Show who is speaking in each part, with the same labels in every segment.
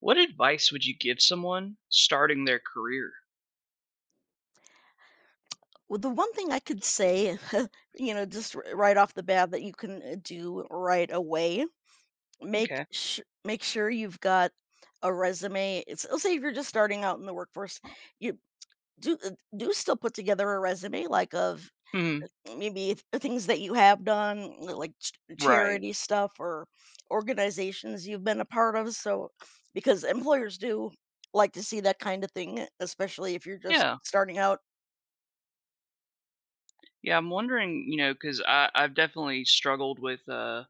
Speaker 1: What advice would you give someone starting their career?
Speaker 2: Well, the one thing I could say, just r right off the bat that you can, do right away,
Speaker 1: Okay.
Speaker 2: make sure you've got a resume. It's, let's say if you're just starting out in the workforce, you do, do still put together a resume, like, of
Speaker 1: Mhm.
Speaker 2: maybe th things that you have done, l like, ch
Speaker 1: Right.
Speaker 2: charity stuff or organizations you've been a part of, so because employers do like to see that kinda thing, especially if you're just
Speaker 1: Yeah.
Speaker 2: starting out.
Speaker 1: Yeah, I'm wondering, because I've definitely struggled with,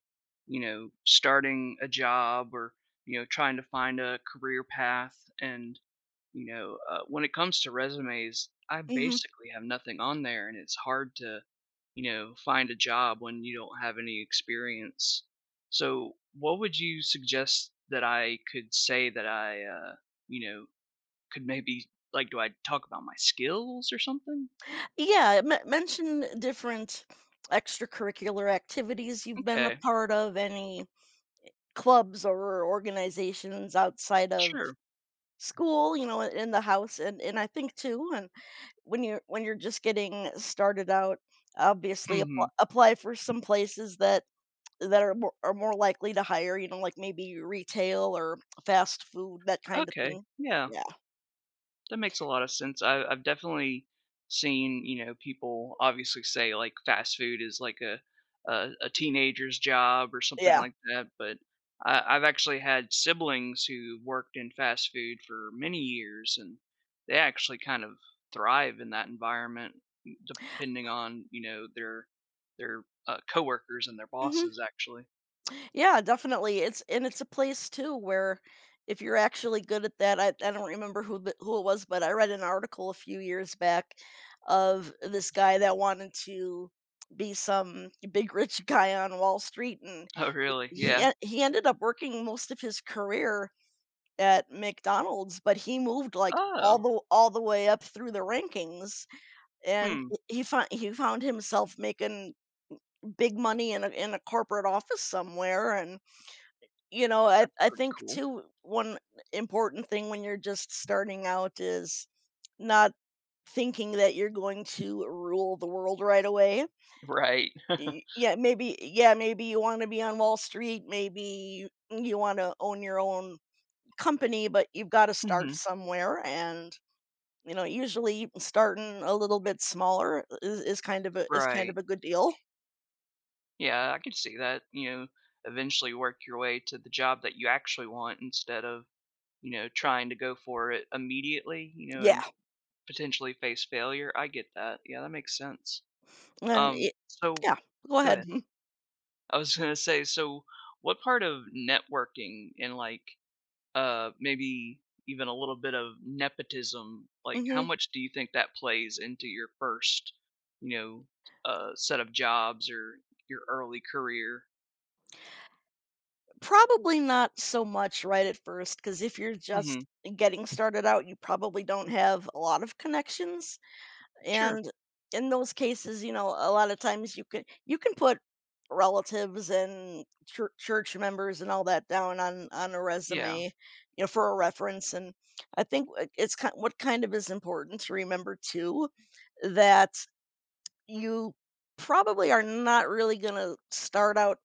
Speaker 1: starting a job, or, trying to find a career path and, when it comes to resumes, I
Speaker 2: Mhm.
Speaker 1: basically have nothing on there, and it's hard to, find a job when you don't have any experience. So, what would you suggest that I could say that I, you know, could maybe like, do I talk about my skills or something?
Speaker 2: Yeah, me mention different extracurricular activities you've been a
Speaker 1: Okay,
Speaker 2: part of, any clubs or organizations outside of
Speaker 1: sure.
Speaker 2: school, you know, in the house, and I think too, and when you're just getting started out, obviously
Speaker 1: Hmm.
Speaker 2: apply for some places that are more likely to hire, you know, like maybe retail or fast food, that kind of
Speaker 1: Okay,
Speaker 2: thing.
Speaker 1: yeah.
Speaker 2: Yeah,
Speaker 1: That makes a lot of sense. I've definitely seen, people obviously say like fast food is like a teenager's job or something
Speaker 2: yeah.
Speaker 1: like that, but I've actually had siblings who worked in fast food for many years, and they actually kind of thrive in that environment, depending on, their their coworkers and their bosses.
Speaker 2: Mhm.
Speaker 1: Actually,
Speaker 2: Yeah, definitely. It's and it's a place too where if you're actually good at that, I don't remember who it was, but I read an article a few years back of this guy that wanted to be some big rich guy on Wall Street, and
Speaker 1: oh really? Yeah.
Speaker 2: he ended up working most of his career at McDonald's, but he moved like
Speaker 1: Oh,
Speaker 2: all the way up through the rankings, and
Speaker 1: hmm.
Speaker 2: he found himself making big money in a corporate office somewhere, and you know, I
Speaker 1: Pretty
Speaker 2: think
Speaker 1: cool.
Speaker 2: too, one important thing when you're just starting out is not thinking that you're going to rule the world right away.
Speaker 1: Right.
Speaker 2: Yeah, maybe you want to be on Wall Street, maybe you want to own your own company, but you've got to start
Speaker 1: Hmm.
Speaker 2: somewhere, and you know, usually starting a little bit smaller is kind of a is kind
Speaker 1: Right.
Speaker 2: of a good deal.
Speaker 1: Yeah, I can see that, eventually work your way to the job that you actually want instead of, trying to go for it immediately,
Speaker 2: Yeah.
Speaker 1: and potentially face failure. I get that. Yeah, that makes sense.
Speaker 2: And
Speaker 1: Um,
Speaker 2: it,
Speaker 1: so
Speaker 2: yeah, go
Speaker 1: go
Speaker 2: ahead.
Speaker 1: ahead. I was gonna say, so what part of networking and like maybe even a little bit of nepotism, like how
Speaker 2: Mhm.
Speaker 1: much do you think that plays into your first, you know, set of jobs or your early career?
Speaker 2: Probably not so much right at first, because if you're
Speaker 1: Hmm.
Speaker 2: just getting started out, you probably don't have a lot of connections.
Speaker 1: Sure.
Speaker 2: And in those cases, you know, a lot of times you can put relatives and church members and all that down on a
Speaker 1: Yeah.
Speaker 2: resume, you know, for a reference. And I think what- it's kind what kind of is important to remember too, that you probably are not really going to start out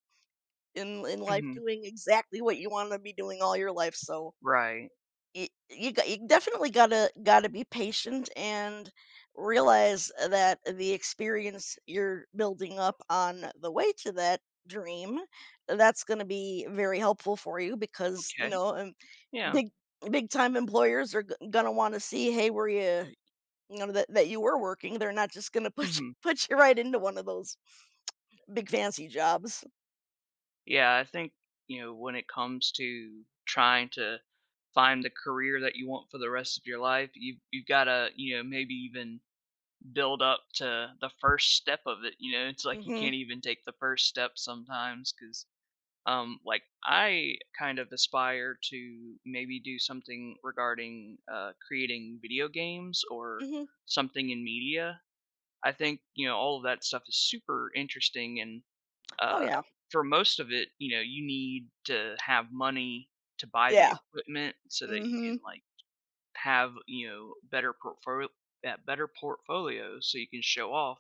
Speaker 2: in life
Speaker 1: Mhm.
Speaker 2: doing exactly what you wanna be doing all your life, so
Speaker 1: Right.
Speaker 2: y you got you definitely gotta be patient and realize that the experience you're building up on the way to that dream, that's gonna be very helpful for you because, you
Speaker 1: Okay.
Speaker 2: know,
Speaker 1: Yeah.
Speaker 2: big time employers are go gonna wanna see, "Hey, were you," you know, that you were working, they're not just gonna put you
Speaker 1: Mhm.
Speaker 2: put you right into one of those big fancy jobs.
Speaker 1: Yeah, I think, when it comes to trying to find the career that you want for the rest of your life, you've got to, maybe even build up to the first step of it, you know? It's like you can't
Speaker 2: Mhm,
Speaker 1: even take the first step sometimes because, like, I kind of aspire to maybe do something regarding, creating video games or
Speaker 2: mhm.
Speaker 1: something in media. I think, all of that stuff is super interesting, and,
Speaker 2: Oh,
Speaker 1: uh
Speaker 2: yeah.
Speaker 1: for most of it, you need to have money to buy the
Speaker 2: Yeah.
Speaker 1: equipment so that you can,
Speaker 2: Mhm.
Speaker 1: like, have, better portfolio that better portfolio so you can show off,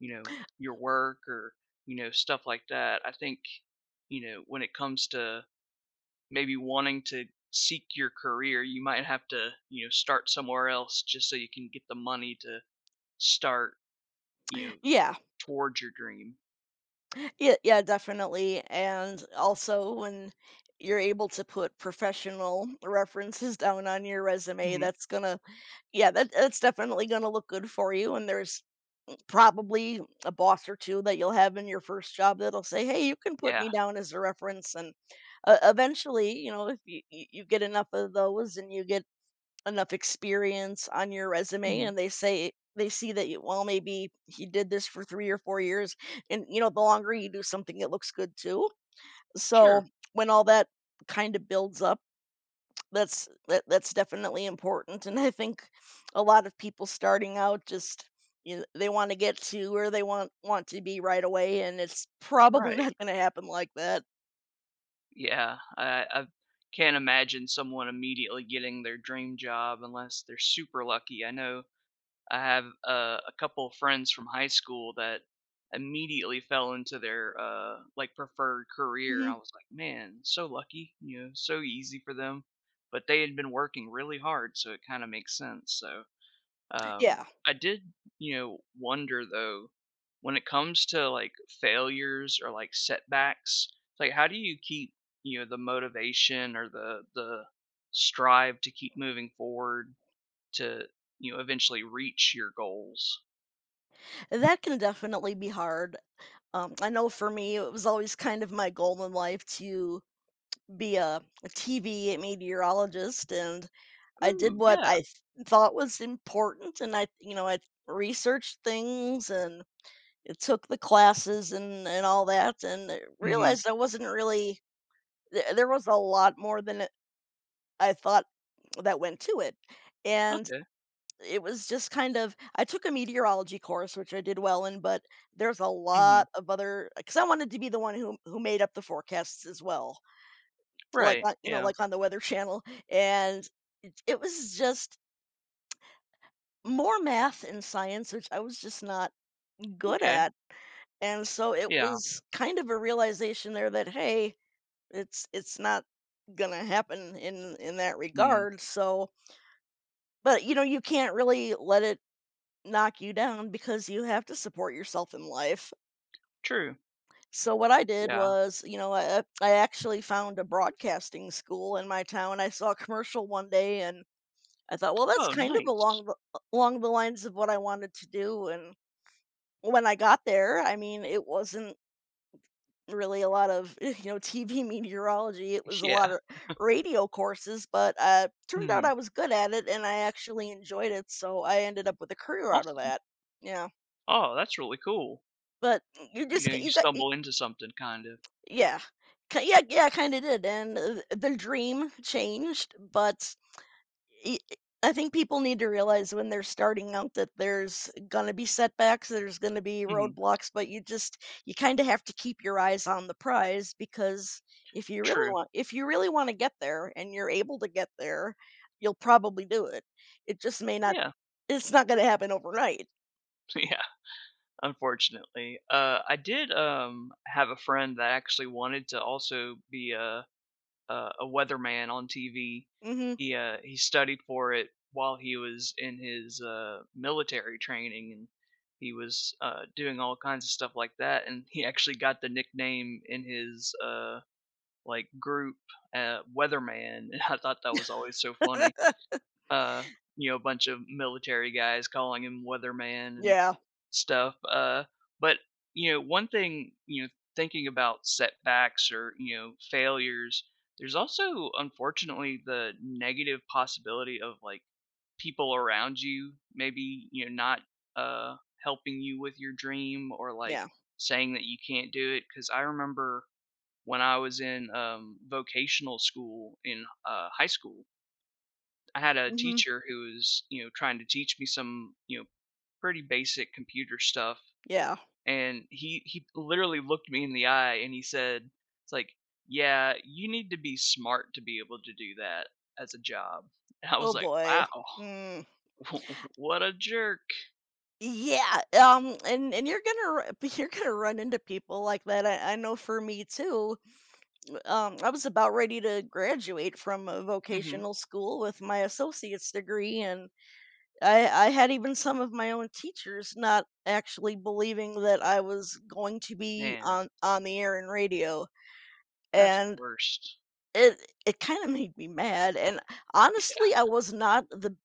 Speaker 1: you know, your work, or, stuff like that. I think, when it comes to maybe wanting to seek your career, you might have to, start somewhere else just so you can get the money to start, you know,
Speaker 2: Yeah.
Speaker 1: towards your dream.
Speaker 2: Yeah, yeah, definitely. And also when you're able to put professional references down on your resume,
Speaker 1: Mhm.
Speaker 2: that's gonna, yeah, that that's definitely gonna look good for you. And there's probably a boss or two that you'll have in your first job that'll say, "Hey, you can put
Speaker 1: Yeah.
Speaker 2: me down as a reference." And eventually, you know, if you get enough of those and you get enough experience on your resume
Speaker 1: Mhm.
Speaker 2: and they see that you, well maybe he did this for 3 or 4 years, and you know the longer you do something it looks good too. So
Speaker 1: Sure.
Speaker 2: when all that kind of builds up, that's that's definitely important, and I think a lot of people starting out just, you know, they want to get to where they want to be right away, and it's probably
Speaker 1: Right.
Speaker 2: not going to happen like that.
Speaker 1: Yeah. I can't imagine someone immediately getting their dream job unless they're super lucky. I know I have, a couple of friends from high school that immediately fell into their, like, preferred career.
Speaker 2: Mhm.
Speaker 1: I was like, "Man, so lucky, you know, so easy for them." But they had been working really hard, so it kind of makes sense. So, Um,
Speaker 2: Yeah.
Speaker 1: I did, wonder though, when it comes to like failures or like setbacks, like how do you keep, the motivation, or the strive to keep moving forward to, eventually reach your goals?
Speaker 2: That can definitely be hard. I know for me, it was always kind of my goal in life to be a TV meteorologist, and I did
Speaker 1: Oh,
Speaker 2: what
Speaker 1: yeah.
Speaker 2: I thought was important, and I, you know, I researched things and it took the classes and all that, and I
Speaker 1: Mhm.
Speaker 2: realized I wasn't really, there was a lot more than I thought that went to it, and
Speaker 1: Okay.
Speaker 2: it was just kind of, I took a meteorology course, which I did well in, but there's a
Speaker 1: Mhm.
Speaker 2: lot of other, because I wanted to be the one who made up the forecasts as well, like
Speaker 1: Right.
Speaker 2: on, you know,
Speaker 1: Yeah.
Speaker 2: like on the Weather Channel, and it was just more math and science, which I was just not good
Speaker 1: Okay.
Speaker 2: at, and so it
Speaker 1: Yeah.
Speaker 2: was kind of a realization there that hey, it's not gonna happen in that
Speaker 1: Mm.
Speaker 2: regard. So, but you know, you can't really let it knock you down because you have to support yourself in life.
Speaker 1: True.
Speaker 2: So what I did
Speaker 1: Yeah.
Speaker 2: was, you know, I actually found a broadcasting school in my town. I saw a commercial one day and I thought, well, that's
Speaker 1: Oh,
Speaker 2: kind of
Speaker 1: nice.
Speaker 2: along the lines of what I wanted to do. And when I got there, I mean, it wasn't really a lot of you know TV meteorology. It was a lot
Speaker 1: Yeah.
Speaker 2: of radio courses, but turned out
Speaker 1: Mhm.
Speaker 2: I was good at it and I actually enjoyed it. So I ended up with a career out of
Speaker 1: Awesome.
Speaker 2: that. Yeah,
Speaker 1: Oh, that's really cool.
Speaker 2: but mm, you
Speaker 1: You
Speaker 2: just
Speaker 1: know, you
Speaker 2: you got.
Speaker 1: stumble into something, kind of.
Speaker 2: Yeah. Kinda did, and th their dream changed, but I think people need to realize when they're starting out that there's gonna be setbacks, there's gonna be
Speaker 1: Mhm.
Speaker 2: roadblocks, but you just you kinda have to keep your eyes on the prize because
Speaker 1: True.
Speaker 2: if you really wanna get there and you're able to get there, you'll probably do it. It just may not
Speaker 1: Yeah.
Speaker 2: it's not gonna happen overnight.
Speaker 1: Yeah, unfortunately. I did, have a friend that actually wanted to also be a a weatherman on TV.
Speaker 2: Mhm.
Speaker 1: He studied for it while he was in his, military training, and he was, doing all kinds of stuff like that, and he actually got the nickname in his, like, group, "Weatherman," and I thought that was always so funny. Uh, a bunch of military guys calling him Weatherman and
Speaker 2: Yeah.
Speaker 1: stuff. But one thing, thinking about setbacks or, failures, there's also unfortunately the negative possibility of, like, people around you maybe, not uh helping you with your dream, or, like,
Speaker 2: Yeah.
Speaker 1: saying that you can't do it. Because I remember when I was in, vocational school in, high school. I had a
Speaker 2: Mhm.
Speaker 1: teacher who was, trying to teach me some, pretty basic computer stuff,
Speaker 2: Yeah.
Speaker 1: and he literally looked me in the eye and he said, it's like, yeah, you need to be smart to be able to do that as a job. And I
Speaker 2: Oh
Speaker 1: was like,
Speaker 2: boy.
Speaker 1: wow.
Speaker 2: Mm.
Speaker 1: What a jerk.
Speaker 2: Yeah, and you're gonna ru you're gonna run into people like that. I know for me too. I was about ready to graduate from a
Speaker 1: Hmm.
Speaker 2: vocational school with my associate's degree, and I had even some of my own teachers not actually believing that I was going to be
Speaker 1: Man,
Speaker 2: on the air and radio,
Speaker 1: that's the
Speaker 2: and
Speaker 1: worst.
Speaker 2: it it kind of made me mad. And
Speaker 1: Yeah.
Speaker 2: honestly, I was not the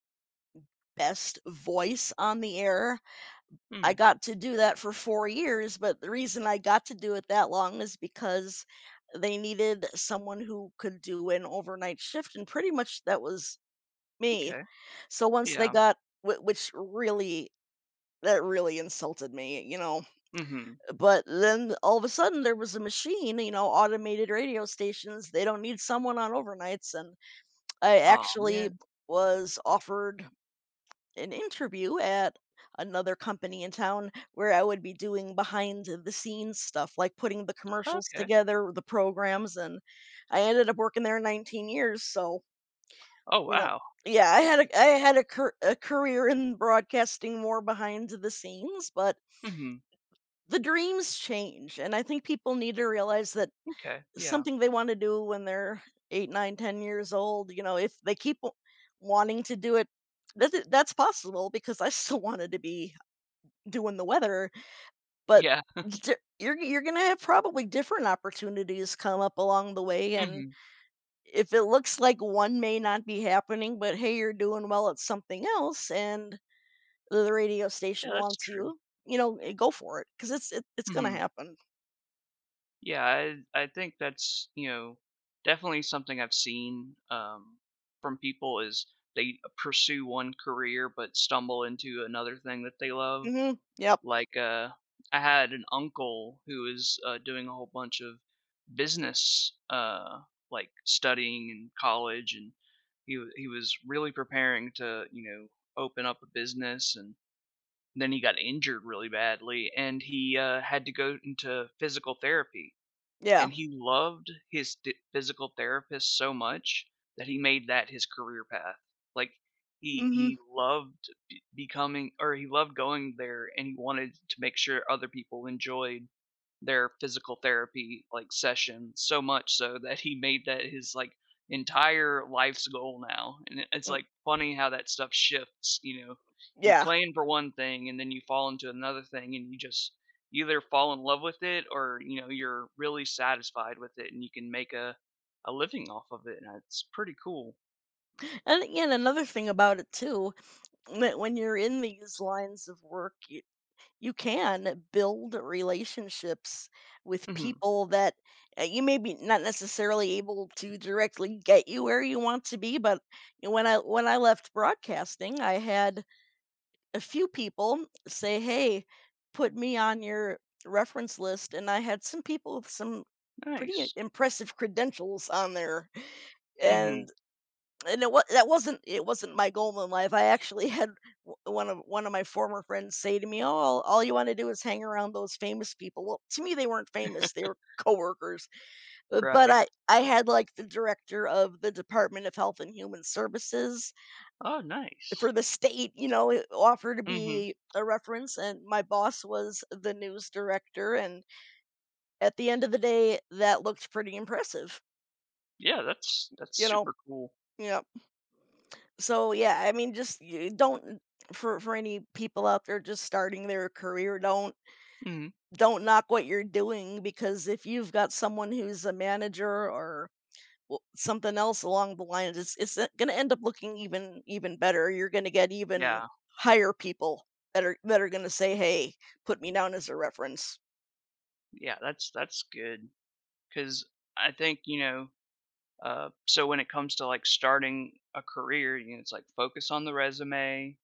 Speaker 2: best voice on the air. I
Speaker 1: Mm.
Speaker 2: got to do that for 4 years, but the reason I got to do it that long is because they needed someone who could do an overnight shift, and pretty much that was me.
Speaker 1: Okay,
Speaker 2: So once they
Speaker 1: yeah.
Speaker 2: got, wh which really, that really insulted me, you know?
Speaker 1: Hmm.
Speaker 2: But then all of a sudden, there was a machine, you know, automated radio stations, they don't need someone on overnights, and I
Speaker 1: Oh
Speaker 2: actually
Speaker 1: man.
Speaker 2: was offered an interview at another company in town where I would be doing behind the scenes stuff, like putting the commercials
Speaker 1: Okay.
Speaker 2: together, the programs, and I ended up working there 19 years. So
Speaker 1: Oh
Speaker 2: you know,
Speaker 1: wow.
Speaker 2: yeah, I had a a career in broadcasting more behind the scenes, but
Speaker 1: Hmm.
Speaker 2: the dreams change, and I think people need to realize that
Speaker 1: Okay, yeah.
Speaker 2: something they want to do when they're eight, nine, 10 years old, you know, if they keep wanting to do it, that's possible because I still wanted to be doing the weather, but
Speaker 1: Yeah.
Speaker 2: you're gonna have probably different opportunities come up along the way. And
Speaker 1: Hmm.
Speaker 2: if it looks like one may not be happening, but hey, you're doing well at something else, and the radio
Speaker 1: Yeah,
Speaker 2: station
Speaker 1: that's
Speaker 2: wants
Speaker 1: true.
Speaker 2: you, you know, eh, go for it because it's gonna
Speaker 1: Hmm.
Speaker 2: happen.
Speaker 1: Yeah, I think that's, definitely something I've seen, from people is they pursue one career but stumble into another thing that they love.
Speaker 2: Hmm. Yep.
Speaker 1: Like, I had an uncle who was, doing a whole bunch of business, like, studying in college, and he was really preparing to, open up a business and. Then he got injured really badly, and he, had to go into physical therapy,
Speaker 2: Yeah.
Speaker 1: and he loved his t physical therapist so much that he made that his career path. Like,
Speaker 2: Hmm.
Speaker 1: he loved be becoming or he loved going there, and he wanted to make sure other people enjoyed their physical therapy, like, session so much, so that he made that his, like, entire life's goal now, and it's, like, funny how that stuff shifts, you know? You
Speaker 2: Yeah.
Speaker 1: plan for one thing, and then you fall into another thing, and you just, you either fall in love with it, or, you're really satisfied with it, and you can make a living off of it, and it's pretty cool.
Speaker 2: And again, another thing about it too, that when you're in these lines of work, you can build relationships with
Speaker 1: Mhm.
Speaker 2: people that you may be not necessarily able to directly get you where you want to be, but you know, when I left broadcasting, I had a few people say, "Hey, put me on your reference list," and I had some people with some pretty
Speaker 1: Nice.
Speaker 2: impressive credentials on there,
Speaker 1: Mhm.
Speaker 2: and and it wa that wasn't, it wasn't my goal in life. I actually had one of my former friends say to me, "Oh, all you want to do is hang around those famous people." Well, to me, they weren't famous; they were coworkers. But
Speaker 1: Right.
Speaker 2: I had like the director of the Department of Health and Human Services
Speaker 1: Oh, nice.
Speaker 2: for the state, you know, it offered to
Speaker 1: Mhm.
Speaker 2: be a reference, and my boss was the news director. And at the end of the day, that looked pretty impressive,
Speaker 1: Yeah, that's
Speaker 2: you know.
Speaker 1: super cool.
Speaker 2: Yeah, so yeah, I mean, just you don't, for any people out there just starting their career, don't
Speaker 1: Mhm.
Speaker 2: knock what you're doing, because if you've got someone who's a manager or something else along the lines, it's going to end up looking even better. You're going to get even
Speaker 1: Yeah.
Speaker 2: higher people that are going to say, hey, put me down as a reference.
Speaker 1: Yeah, that's good, because I think, so when it comes to, like, starting a career, it's like, focus on the resume,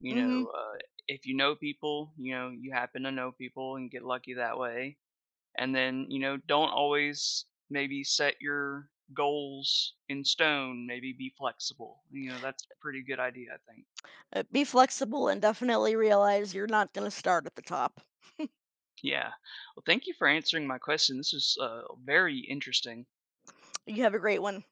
Speaker 1: you
Speaker 2: Hmm.
Speaker 1: know, uh, if you know people, you happen to know people and get lucky that way. And then, don't always maybe set your goals in stone, maybe be flexible. That's a pretty good idea, I think.
Speaker 2: Uh, be flexible and definitely realize you're not going to start at the top.
Speaker 1: Yeah, well, thank you for answering my question. This is, very interesting.
Speaker 2: You have a great one.